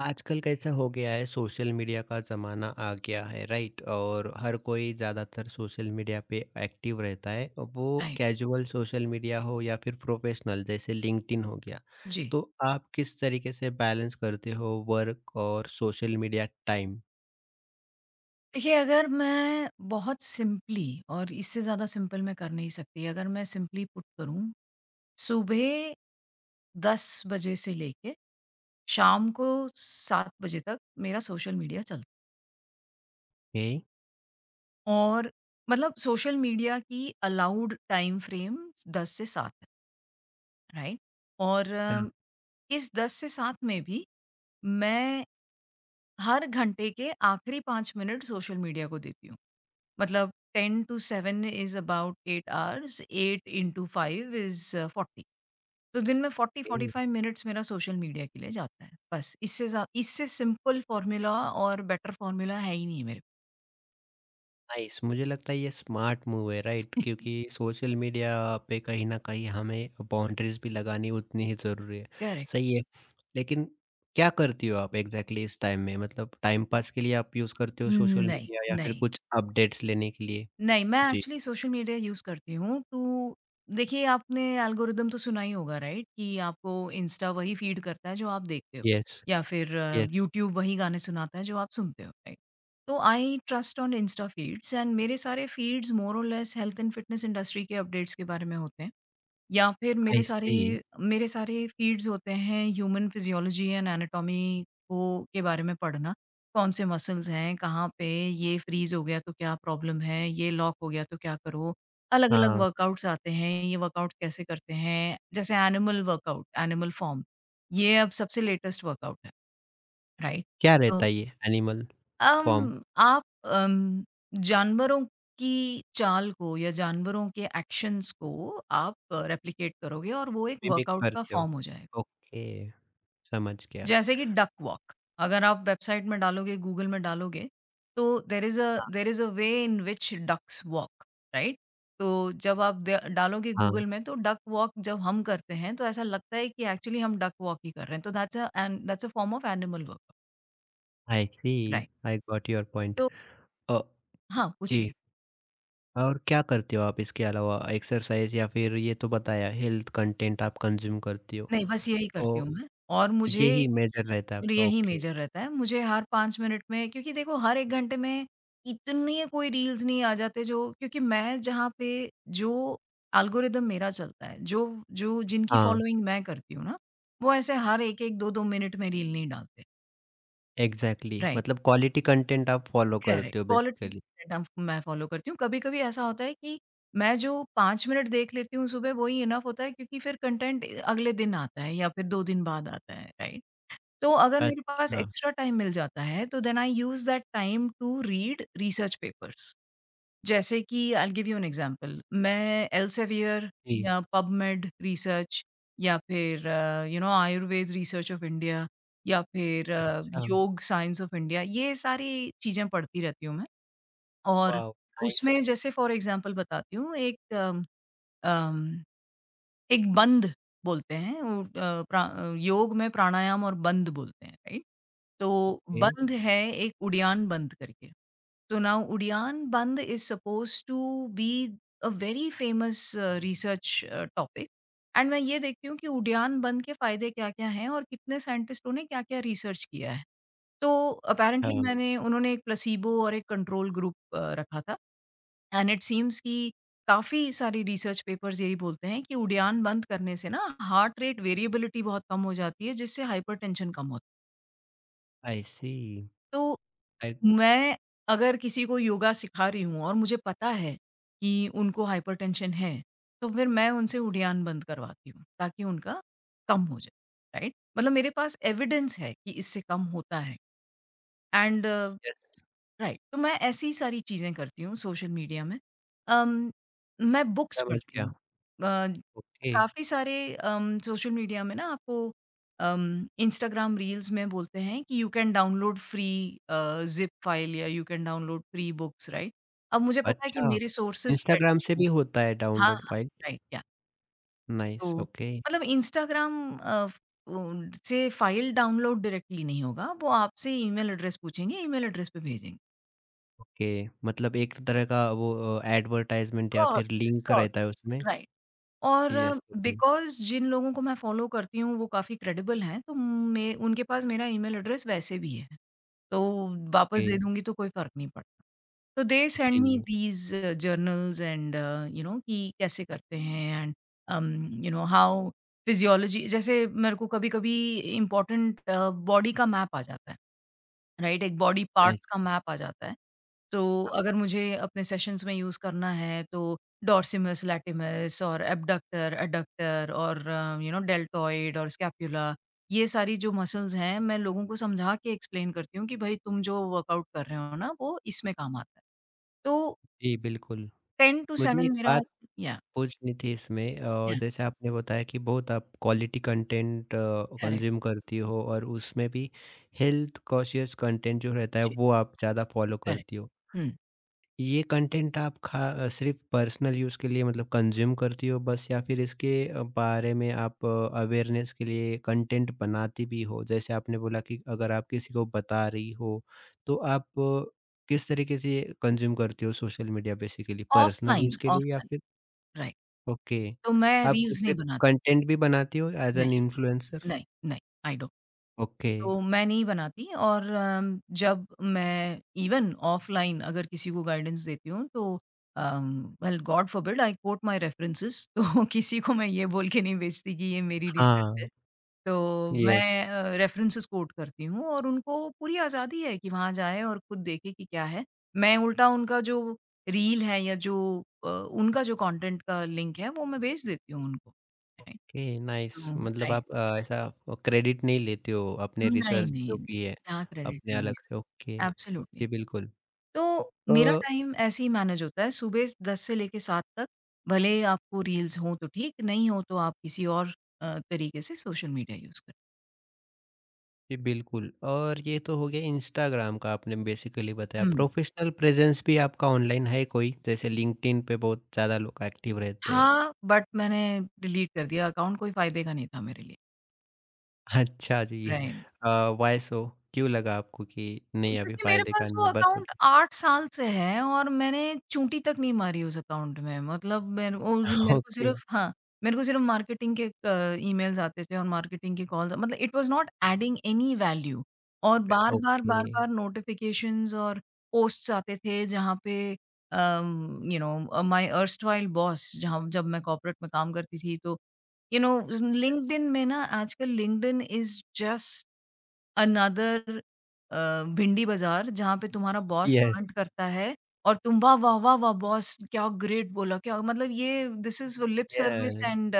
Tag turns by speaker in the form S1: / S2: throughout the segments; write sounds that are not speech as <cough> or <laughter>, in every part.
S1: आजकल कैसा हो गया है सोशल मीडिया का ज़माना आ गया है, राइट। और हर कोई ज़्यादातर सोशल मीडिया पे एक्टिव रहता है। और वो
S2: राइट,
S1: कैजुअल सोशल मीडिया हो या फिर प्रोफेशनल, जैसे लिंक्डइन हो गया,
S2: जी।
S1: तो आप किस तरीके से बैलेंस करते हो वर्क और सोशल मीडिया टाइम?
S2: देखिए, अगर मैं बहुत सिंपली और इससे ज़्यादा सिंपल मैं कर नहीं सकती, अगर मैं सिंपली पुट करूँ, सुबह 10 बजे से लेके शाम को 7 बजे तक मेरा सोशल मीडिया चल और मतलब सोशल मीडिया की अलाउड टाइम फ्रेम 10 से 7 है। राइट? और इस 10 से 7 में भी मैं हर घंटे के आखिरी 5 मिनट सोशल मीडिया को देती हूँ। मतलब 10 to 7 is about 8 hours, 8 into 5 is 40, तो दिन में
S1: ओके।
S2: 40-45 मिनट्स मेरा सोशल मीडिया के लिए जाता है। बस इससे ज़्या इससे सिंपल फ़ॉर्मूला और बेटर फ़ॉर्मूला है ही नहीं मेरे
S1: नाइस, मुझे लगता है ये स्मार्ट मूव है,
S2: <laughs>
S1: राइट, क्योंकि
S2: पास।
S1: सोशल मीडिया पे कहीं ना कहीं हमें बाउंड्रीज भी लगानी उतनी ही जरूरी है।
S2: करेक्ट।
S1: सही है। लेकिन क्या करती हो आप एग्जैक्टली इस टाइम में? मतलब टाइम पास के लिए आप यूज करते हो सोशल
S2: नहीं,
S1: मीडिया या फिर
S2: नहीं।
S1: कुछ अपडेट्स लेने के लिए?
S2: नहीं, मैं
S1: जी।
S2: एक्चुअली सोशल मीडिया यूज़ करती हूँ टू। देखिए, आपने एल्गोरिदम तो सुना ही होगा, राइट? कि आपको इंस्टा वही फ़ीड करता है जो आप देखते हो,
S1: यस।
S2: या फिर
S1: यस।
S2: यूट्यूब वही गाने सुनाता है जो आप सुनते हो, राइट? तो I trust on Insta feeds and मेरे सारे फीड्स मोर और less health and fitness industry के अपडेट्स के बारे में होते हैं। या फिर मेरे
S1: आई
S2: सारे
S1: सी।
S2: मेरे सारे फ़ीड्स होते हैं ह्यूमन फिज़ियोलॉजी एंड एनाटॉमी को के बारे में पढ़ना। कौन से मसल्स हैं, कहाँ पे ये फ्रीज़ हो गया तो क्या प्रॉब्लम है, ये लॉक हो गया तो क्या करो। अलग-अलग
S1: हाँ,
S2: वर्कआउट्स आते हैं, ये वर्कआउट कैसे करते हैं, जैसे एनिमल वर्कआउट, एनिमल फॉर्म, ये अब सबसे लेटेस्ट वर्कआउट है, राइट?
S1: क्या
S2: तो
S1: रहता है ये एनिमल फॉर्म?
S2: आप जानवरों की चाल को या जानवरों के एक्शंस को आप रेप्लिकेट करोगे और वो एक
S1: मिमिक
S2: वर्कआउट का
S1: करते हो।
S2: फॉर्म हो जाएगा।
S1: ओके, समझ गया।
S2: जैसे कि डक वॉक, अगर आप वेबसाइट में डालोगे, गूगल में डालोगे, तो there is a way in which ducks walk, right? तो जब आप द डालोगे
S1: हाँ।
S2: गूगल में तो डक वॉक जब हम करते हैं, तो ऐसा लगता है कि एक्चुअली हम डक वॉक ही कर रहे हैं। तो that's a form of animal workout.
S1: I see.
S2: Right.
S1: I got your point.
S2: तो हाँ,
S1: जी,
S2: पूछिए।
S1: और क्या करते हो आप इसके अलावा? एक्सरसाइज़, या फिर ये तो बताया हेल्थ कंटेंट आप कंज़्यूम करती हो।
S2: नहीं, बस यही करती
S1: तो
S2: हूँ मैं। और मुझे
S1: यही मेजर रहता है
S2: और
S1: आपका,
S2: यही
S1: ओके।
S2: मेजर रहता है। मुझे हर 5 मिनट में, क्योंकि देखो हर 1 घंटे में इतने कोई रील्स नहीं आ जाते, जो क्योंकि मैं जहाँ पे जो एल्गोरिदम मेरा चलता है, जो जो जिनकी
S1: हाँ,
S2: फ़ॉलोइंग मैं करती हूँ ना, वो ऐसे हर 1-1, 2-2 मिनट में रील नहीं डालते।
S1: एग्ज़ैक्टली,
S2: राइट,
S1: मतलब क्वालिटी कंटेंट आप फ़ॉलो
S2: करेक्ट।
S1: करते हो
S2: क्वालिटी
S1: बेसिकली।
S2: कंटेंट मैं फ़ॉलो करती हूँ। कभी-कभी ऐसा होता है कि मैं जो 5 मिनट देख लेती हूँ सुबह, वही इनफ होता है, क्योंकि फिर कंटेंट अगले दिन आता है या फिर 2 दिन बाद आता है, राइट? तो अगर मेरे पास
S1: अच्छा।
S2: एक्स्ट्रा टाइम मिल जाता है, तो then I use that time to read research papers. जैसे कि I will give you an example, मैं एल्सेवियर
S1: जी।
S2: या पबमेड रिसर्च या फिर आयुर्वेद रिसर्च ऑफ इंडिया या फिर
S1: अच्छा,
S2: योग साइंस ऑफ इंडिया, ये सारी चीज़ें पढ़ती रहती हूँ मैं। और
S1: वाओ!
S2: उसमें
S1: नाइस।
S2: जैसे फॉर एग्जांपल बताती हूँ, एक अम अम एक बंद बोलते हैं, वो योग में प्राणायाम और बंद बोलते हैं, राइट? तो
S1: ओके।
S2: बंद है एक उड़ियान बंद करके। तो now Uddiyana bandha is supposed to be a very famous research topic, and मैं ये देखती हूँ कि उड़ियान बंद के फ़ायदे क्या-क्या हैं और कितने साइंटिस्टों ने क्या-क्या रिसर्च किया है। तो अपैरेंटली
S1: हाँ,
S2: मैंने उन्होंने एक प्लेसिबो और एक कंट्रोल ग्रुप रखा था। एंड इट सीम्स कि काफ़ी सारी रिसर्च पेपर्स यही बोलते हैं कि उड़ान बंद करने से ना हार्ट रेट वेरिएबिलिटी बहुत कम हो जाती है, जिससे हाइपरटेंशन कम होता है।
S1: आई सी।
S2: तो
S1: आई
S2: मैं, अगर किसी को योगा सिखा रही हूँ और मुझे पता है कि उनको हाइपरटेंशन है, तो फिर मैं उनसे उड़ान बंद करवाती हूँ ताकि उनका कम हो जाए, राइट? मतलब मेरे पास एविडेंस है कि इससे कम होता है एंड
S1: यस,
S2: राइट। तो मैं ऐसी सारी चीज़ें करती हूँ सोशल मीडिया में। अम, मैं बुक्स
S1: समझ
S2: पढ़ती
S1: गया।
S2: हूँ। अ,
S1: ओके,
S2: काफ़ी सारे सोशल मीडिया में ना आपको इंस्टाग्राम रील्स में बोलते हैं कि you can download free zip file या you can download free books, right? अब मुझे पता है कि
S1: अच्छा।
S2: मेरे सोर्सेज
S1: इंस्टाग्राम से
S2: क्रेडिबल हैं।
S1: भी होता है
S2: हाँ
S1: डाउनलोड
S2: हाँ,
S1: फाइल।
S2: राइट क्या।
S1: नाइस,
S2: तो
S1: ओके।
S2: मतलब इंस्टाग्राम से फाइल डाउनलोड डायरेक्टली नहीं होगा। वो आपसे ईमेल एड्रेस पूछेंगे, ईमेल एड्रेस पे भेजेंगे।
S1: ओके, मतलब एक तरह का वो एडवर्टाइज़मेंट या
S2: कॉर्ड
S1: फिर लिंक
S2: सॉर्ट,
S1: रहता है उसमें?
S2: राइट। और
S1: यस, ओके।
S2: बिकॉज़ जिन लोगों को मैं फ़ॉलो करती हूँ वो काफ़ी क्रेडिबल हैं, तो मैं उनके पास मेरा ईमेल एड्रेस वैसे भी है, तो वापस दे दूँगी तो कोई फ़र्क नहीं पड़ता। तो दे
S1: ओके,
S2: सेंड मी
S1: जी।
S2: These journals, and you know कि कैसे करते हैं, and um, you know how physiology, जैसे मेरे को कभी-कभी इम्पोर्टेंट बॉडी का मैप आ जाता है। राइट? एक बॉडी
S1: नाइस।
S2: पार्ट्स का मैप आ जाता है। तो
S1: हाँ,
S2: अगर मुझे अपने सेशंस में यूज़ करना है, तो डॉर्सिमस, लैटिमस और एब्डक्टर, एडक्टर और डेल्टॉइड और स्कैपुला, ये सारी जो मसल्स हैं, मैं लोगों को समझा के एक्सप्लेन करती हूँ कि भई तुम जो वर्कआउट कर रहे हो ना, वो इसमें काम आता है। तो
S1: जी, बिल्कुल।
S2: 10 टू
S1: मुझे
S2: 7
S1: एक
S2: मेरा
S1: बात
S2: या
S1: पूछनी थी इसमें।
S2: या
S1: जैसे आपने बताया कि बहुत आप क्वालिटी कंटेंट
S2: करेक्ट।
S1: कंज़्यूम करती हो, और उसमें भी हेल्थ कॉशियस कंटेंट जो रहता है,
S2: जी,
S1: वो आप ज़्यादा फ़ॉलो
S2: करेक्ट।
S1: करती हो।
S2: हुँ,
S1: ये कंटेंट आप खा सिर्फ़ पर्सनल यूज़ के लिए मतलब कंज़्यूम करती हो बस, या फिर इसके बारे में आप अवेयरनेस के लिए कंटेंट बनाती भी हो? जैसे आपने बोला कि अगर आप किसी को बता रही हो, तो आप किस तरीके से कंज़्यूम करती हो social media basically? Personal
S2: offline
S1: use के लिए या
S2: ऑफ़लाइन,
S1: फिर
S2: राइट।
S1: ओके,
S2: तो मैं
S1: आप खुद
S2: रील्स नहीं
S1: से
S2: बनाती।
S1: कंटेंट भी बनाती हो एज़
S2: नहीं,
S1: एन इन्फ्लुएंसर?
S2: नहीं, नहीं, आई डोंट।
S1: ओके,
S2: तो मैं नहीं बनाती। और जब मैं इवन ऑफ़लाइन अगर किसी को गाइडेंस देती हूँ, तो well God forbid I quote my references. <laughs> तो किसी को मैं ये बोल के नहीं बेचती कि ये मेरी रिसर्च है।
S1: हाँ,
S2: तो
S1: यस।
S2: मैं रेफरेंसेस कोट करती हूँ और उनको पूरी आज़ादी है कि वहाँ जाएँ और खुद देखें कि क्या है। मैं उल्टा उनका जो रील है या जो उनका जो कंटेंट का लिंक है, वो मैं भेज देती हूँ उनको। Right,
S1: okay, nice.
S2: तो
S1: मतलब
S2: राइट।
S1: आप ऐसा क्रेडिट नहीं लेते हो अपने
S2: नहीं,
S1: रिसर्च जो
S2: नहीं,
S1: की है
S2: क्या क्रेडिट
S1: अपने
S2: लेंगे।
S1: अलग से, ओके।
S2: एब्सोल्युटली।
S1: जी, बिल्कुल।
S2: तो
S1: अ,
S2: मेरा टाइम ऐसे ही मैनेज होता है सुबह 10 से लेके 7 तक, भले आपको रील्स हो तो ठीक, नहीं हो तो आप किसी और तरीके से सोशल मीडिया यूज़ करें।
S1: जी, बिल्कुल। और ये तो हो गया इंस्टाग्राम का आपने बेसिकली बताया।
S2: हुँ,
S1: प्रोफेशनल प्रेजेंस भी आपका ऑनलाइन है कोई? जैसे लिंक्डइन पे बहुत ज़्यादा लोग एक्टिव रहते
S2: था।
S1: हैं।
S2: बट मैंने डिलीट कर दिया अकाउंट, कोई फ़ायदे का नहीं था मेरे लिए।
S1: <laughs> अच्छा जी।
S2: राइट।
S1: वाई सो, क्यों लगा आपको कि नहीं अभी
S2: क्योंकि मेरे
S1: फायदे का
S2: पास
S1: नहीं
S2: वो
S1: है, बस हो
S2: अकाउंट
S1: गया?
S2: 8 साल से है और मैंने चूंटी तक नहीं मारी उस अकाउंट में। मतलब मेरे ओ
S1: <laughs>
S2: मेरे को
S1: ओके।
S2: सिर्फ़ हाँ, मेरे को सिर्फ़ मार्केटिंग के क ईमेल्स आते थे और मार्केटिंग के कॉल्स, मतलब it was not adding any value, और बार-बार,
S1: ओके।
S2: बार-बार नोटिफ़िकेशंस और पोस्ट्स आते थे, जहाँ पे um, you know my erstwhile boss, जहाँ जब मैं कॉर्पोरेट में काम करती थी, तो यू नो लिंक्डइन में ना, आजकल लिंक्डइन इज़ जस्ट अनदर भिंडी बाज़ार जहाँ पे तुम्हारा बॉस
S1: यस।
S2: कांट करता है और तुम वाह, वाह, वाह, वाह बॉस क्या ग्रेट बोला, क्या। मतलब ये this is lip service
S1: yes.
S2: And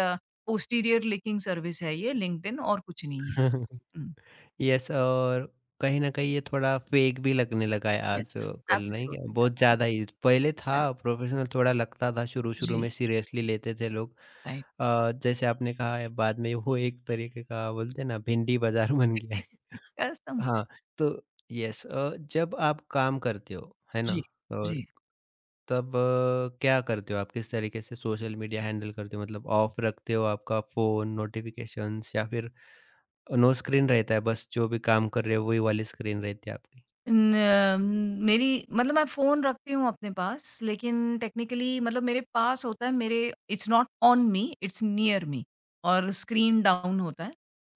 S2: posterior licking service है ये लिंक्डइन, और कुछ नहीं है।
S1: <laughs>
S2: हुँ,
S1: यस, और कहीं न कहीं ये थोड़ा फेक भी लगने लगा है
S2: येस,
S1: आजकल, नहीं क्या?
S2: एब्सोल्युटली,
S1: बहुत ज़्यादा
S2: एब्सोल्युटली,
S1: ही पहले था
S2: करेक्ट।
S1: प्रोफेशनल, थोड़ा लगता था शुरू-शुरू
S2: जी,
S1: में सीरियसली
S2: जी,
S1: लेते थे लोग।
S2: राइट।
S1: जैसे आपने कहा है बाद में वो एक तरीके का बोलते हैं ना, भिंडी बाज़ार <laughs> बन गया है।
S2: <laughs>
S1: <laughs>
S2: कसम से।
S1: हाँ, तो यस। जब आप काम करते हो, है ना?
S2: जी,
S1: अ,
S2: जी।
S1: तब क्या करते हो आप? किस तरीके से सोशल मीडिया हैंडल करते हो? मतलब ऑफ रखते हो आपका फ़ोन, नोटिफ़िकेशंस, या फिर नो स्क्रीन रहता है, बस जो भी काम कर रहे हो वही वाली स्क्रीन रहती है आपकी?
S2: न मेरी, मतलब मैं फ़ोन रखती हूँ अपने पास, लेकिन टेक्निकली, मतलब मेरे पास होता है मेरे it's not on me, it's near me, और स्क्रीन डाउन होता है।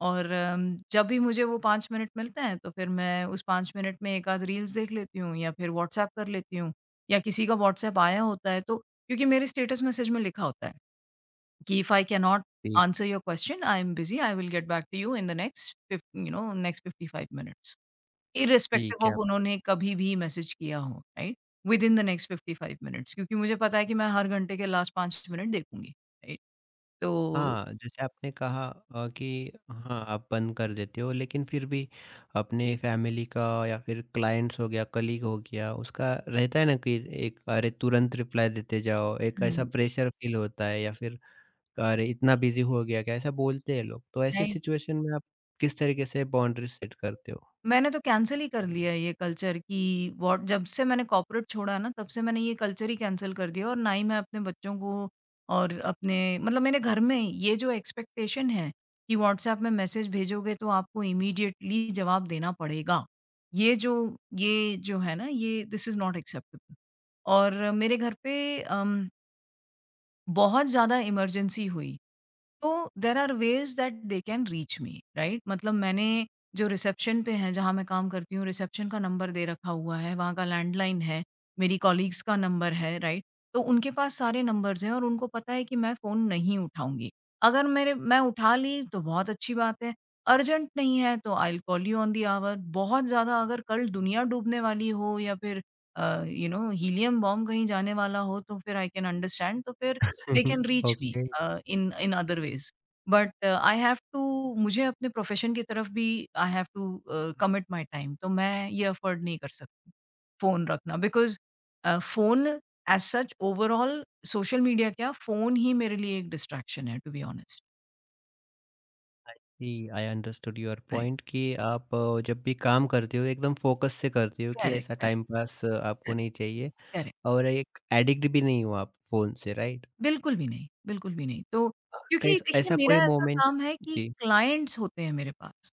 S2: और जब भी मुझे वो 5 मिनट मिलते हैं, तो फिर मैं उस 5 मिनट में एक आध रील्स देख लेती हूँ या फिर व्हाट्सएप कर लेती हूँ, या किसी का व्हाट्सएप आया होता है, तो क्योंकि मेरे स्टेटस मैसेज में लिखा होता है कि इफ आई कैन नॉट
S1: ठीक
S2: answer your question I am busy I will get back to you in the next fifty you know next 55 minutes. Irrespective
S1: ठीक
S2: ऑफ
S1: है।
S2: उन्होंने कभी भी मैसेज किया हो, right? Within the next 55 minutes, क्योंकि मुझे पता है कि मैं हर घंटे के लास्ट 5 मिनट देखूँगी, राइट? तो
S1: हाँ, जैसे आपने कहा कि हाँ, आप बंद कर देते हो, लेकिन फिर भी अपने फैमिली का या फिर क्लाइंट्स हो गया, कलीग हो गया, उसका रहता है ना कि एक अरे तुरंत रिप्लाई देते जाओ, एक ऐसा
S2: हुँ,
S1: प्रेशर फील होता है, या फिर अरे इतना बिज़ी हो गया क्या? ऐसा बोलते हैं लोग। तो ऐसे
S2: राइट।
S1: सिचुएशन में आप किस तरीके से बाउंड्रीज़ सेट करते हो?
S2: मैंने तो कैंसल ही कर लिया ये कल्चर कि व्हाट जब से मैंने कॉर्पोरेट छोड़ा ना तब से मैंने ये कल्चर ही कैंसल कर दिया, और ना ही मैं अपने बच्चों को, और अपने, मतलब मेरे घर में ये जो एक्सपेक्टेशन है कि व्हाट्सएप में मैसेज भेजोगे तो आपको इमीडिएटली जवाब देना पड़ेगा। ये जो ये जो है ना, ये दिस इज़ नॉट एक्सेप्टेबल। और मेरे घर पे बहुत ज़्यादा इमरजेंसी हुई। तो there are ways that they can reach me, right? मतलब मैंने जो रिसेप्शन पे है जहाँ मैं काम करती हूँ, रिसेप्शन का नंबर दे रखा हुआ है, वहाँ का लैंडलाइन है, मेरी कॉलीग्स का नंबर है, राइट? तो उनके पास सारे नंबर्स हैं और उनको पता है कि मैं फ़ोन नहीं उठाऊँगी। अगर मेरे मैं उठा ली तो बहुत अच्छी बात है, अर्जेंट नहीं है तो I will call you on the hour. बहुत ज़्यादा अगर कल दुनिया डूबने वाली हो या फिर हीलियम बॉम्ब कहीं जाने वाला हो तो फिर आई कैन अंडरस्टैंड, तो फिर they
S1: <laughs>
S2: can reach me
S1: okay.
S2: In in other ways. But I have to, मुझे अपने प्रोफ़ेशन की तरफ भी I have to commit my time. तो मैं ये अफ़ोर्ड नहीं कर सकती, फ़ोन रखना, because phone as such overall, social media क्या फ़ोन ही मेरे लिए एक डिस्ट्रैक्शन है टू बी ऑनेस्ट।
S1: जी, I understood your
S2: right.
S1: Point कि आप जब भी काम करते हो एकदम फोकस से करते हो, कि
S2: करेक्ट,
S1: ऐसा
S2: करेक्ट,
S1: टाइम पास आपको
S2: करेक्ट,
S1: नहीं चाहिए,
S2: करेक्ट।
S1: और एक एडिक्ट भी नहीं हो आप फ़ोन से, राइट?
S2: बिल्कुल भी नहीं, बिल्कुल भी नहीं। तो क्योंकि
S1: कैस
S2: देखिए
S1: ऐसा
S2: मेरा
S1: कोई
S2: ऐसा
S1: मोमेंट
S2: काम है कि
S1: जी,
S2: क्लाइंट्स होते हैं मेरे पास।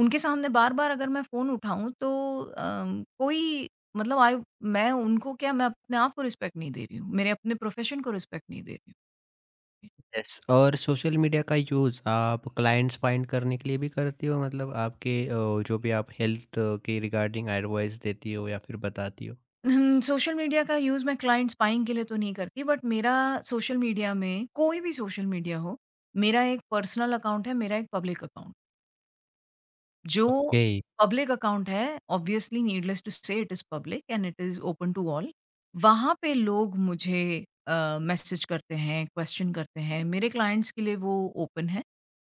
S2: उनके सामने बार-बार अगर मैं फ़ोन उठाऊँ तो कोई मतलब आई मैं उनको, क्या मैं अपने आप को रिस्पेक्ट नहीं दे रही हूँ, मेरे अपने प्रोफ़ेशन को रिस्पेक्ट नहीं दे रही हूँ।
S1: यस। और सोशल मीडिया का यूज़ आप क्लाइंट्स फाइंड करने के लिए भी करते हो, मतलब आपके जो भी आप हेल्थ के रिगार्डिंग एडवाइस देती हो या फिर बताती हो?
S2: हुँ, सोशल मीडिया का यूज़ मैं क्लाइंट स्पाइंग के लिए तो नहीं करती, बट मेरा सोशल मीडिया, में कोई भी सोशल मीडिया हो, मेरा एक पर्सनल अकाउंट है, मेरा एक पब्लिक अकाउंट। जो
S1: ओके,
S2: पब्लिक अकाउंट है, obviously needless to say it is public and it is open to all. वहाँ पे लोग मुझे मैसेज करते हैं, क्वेश्चन करते हैं। मेरे क्लाइंट्स के लिए वो ओपन है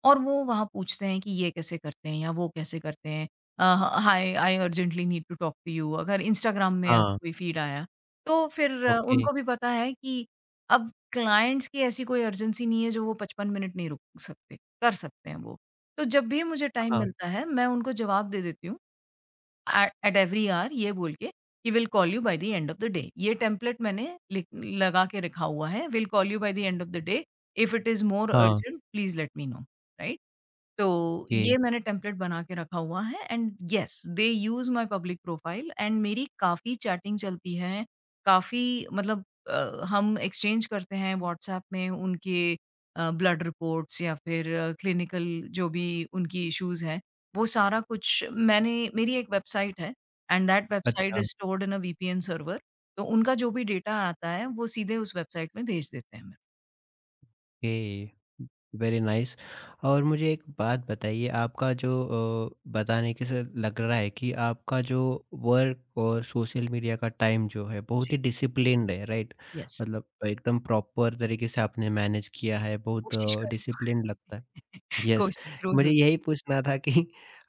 S2: और वो वहाँ पूछते हैं कि ये कैसे करते हैं या वो कैसे करते हैं। Uh, hi, I urgently need to talk to you, अगर इंस्टाग्राम में
S1: हाँ।
S2: कोई फीड आया। तो फिर
S1: ओके,
S2: उनको भी पता है कि अब क्लाइंट्स की ऐसी कोई अर्जेंसी नहीं है जो वो 55 मिनट नहीं रुक सकते, कर सकते हैं वो। तो जब भी मुझे टाइम
S1: हाँ,
S2: मिलता है, मैं उनको जवाब दे देती हूँ एट एट एवरी हॉर, ये बोल के कि will call you by the end of the day. ये टेम्पलेट मैंने लिख, लगा के रखा हुआ है, will call you by the end of the day, if it is more
S1: हाँ।
S2: Urgent please let me know, right? तो
S1: ओके,
S2: ये मैंने टेम्पलेट बना के रखा हुआ है and yes they use my public profile and मेरी काफ़ी चैटिंग चलती है, काफ़ी मतलब हम एक्सचेंज करते हैं व्हाट्सएप में उनके ब्लड रिपोर्ट्स या फिर क्लिनिकल, जो भी उनकी इश्यूज़ हैं, वो सारा कुछ, मैंने मेरी एक वेबसाइट है एंड दैट वेबसाइट
S1: अच्छा।
S2: Is stored in a VPN server. तो उनका जो भी डेटा आता है, वो सीधे उस वेबसाइट में भेज देते हैं हमें।
S1: Okay, very nice. और मुझे एक बात बताइए, आपका जो बताने के से लग रहा है कि आपका जो वर्क और सोशल मीडिया का टाइम जो है बहुत
S2: जी,
S1: ही डिसिप्लिन्ड है, राइट,
S2: येस,
S1: मतलब एकदम प्रॉपर तरीके से आपने मैनेज किया है, बहुत
S2: कोशिश कर रही
S1: डिसिप्लिन्ड लगता है।
S2: हूँ। <laughs>
S1: यस,
S2: कोशिश रोज़
S1: मुझे
S2: होती।
S1: यही पूछना था कि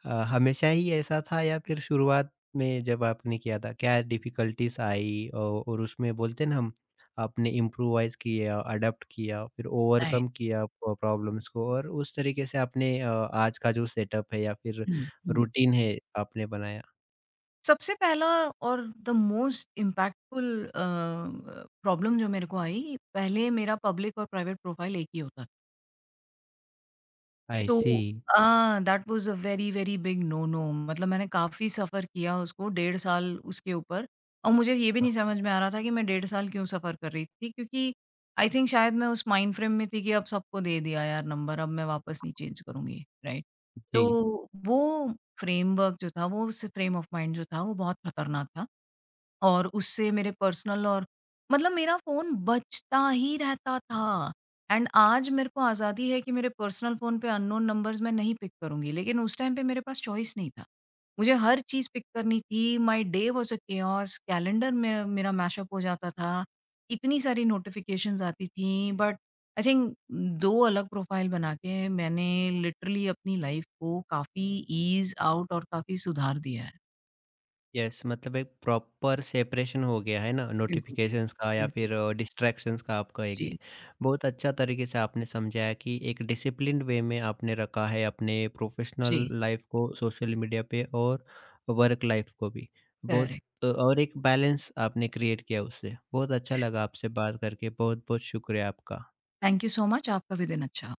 S1: हमेशा ही ऐसा था या फिर शुरुआत में जब आपने किया था, क्या डिफ़िकल्टीज़ आई औ और उसमें बोलते हैं ना हम, आपने इम्प्रोवाइज़ किया, अडॉप्ट किया, फिर
S2: राइट।
S1: ओवरकम किया प प्रॉब्लम्स को, और उस तरीके से आपने आज का जो सेटअप है या फिर
S2: हुँ, हुँ।
S1: रूटीन है, आपने बनाया?
S2: सबसे पहला और द मोस्ट इम्पैक्टफुल प्रॉब्लम जो मेरे को आई, पहले मेरा पब्लिक और प्राइवेट प्रोफाइल एक ही होता था।
S1: आई
S2: तो
S1: see.
S2: That was a very, very big no no, मतलब मैंने काफ़ी सफ़र किया उसको, डेढ़ साल उसके ऊपर। और मुझे ये भी नहीं
S1: हाँ।
S2: समझ में आ रहा था कि मैं डेढ़ साल क्यों सफ़र कर रही थी क्योंकि आई थिंक शायद मैं उस माइंड फ्रेम में थी कि अब सबको दे दिया यार नंबर, अब मैं वापस नहीं चेंज करूँगी, राइट?
S1: जी।
S2: तो वो फ्रेमवर्क जो था, वो उस फ्रेम ऑफ माइंड जो था, वो बहुत खतरनाक था। और उससे मेरे पर्सनल और, मतलब मेरा फ़ोन बजता ही रहता था। एंड आज मेरे को आज़ादी है कि मेरे पर्सनल फ़ोन पे अननोन नंबर्स मैं नहीं पिक करूँगी, लेकिन उस टाइम पे मेरे पास चॉइस नहीं था। मुझे हर चीज़ पिक करनी थी, my day was a chaos, calendar में मेरा मैशअप हो जाता था, इतनी सारी नोटिफ़िकेशंस आती थी, बट आई थिंक 2 अलग प्रोफ़ाइल बना के मैंने लिटरली अपनी लाइफ़ को काफ़ी ईज़ आउट और काफ़ी सुधार दिया है।
S1: यस, मतलब एक प्रॉपर सेपरेशन हो गया है ना
S2: बिल्कुल,
S1: नोटिफिकेशंस का, या
S2: बिल्कुल।
S1: फिर डिस्ट्रैक्शंस का आप कहेंगे?
S2: जी।
S1: बहुत अच्छा तरीके से आपने समझाया कि एक डिसिप्लिन्ड वे में आपने रखा है अपने प्रोफेशनल
S2: जी,
S1: लाइफ को सोशल मीडिया पे और वर्क लाइफ को भी बहुत।
S2: करेक्ट।
S1: और एक बैलेंस आपने क्रिएट किया उससे। बहुत अच्छा लगा आपसे बात करके, बहुत बहुत शुक्रिया आपका।
S2: Thank you so much. आपका भी दिन अच्छा हो।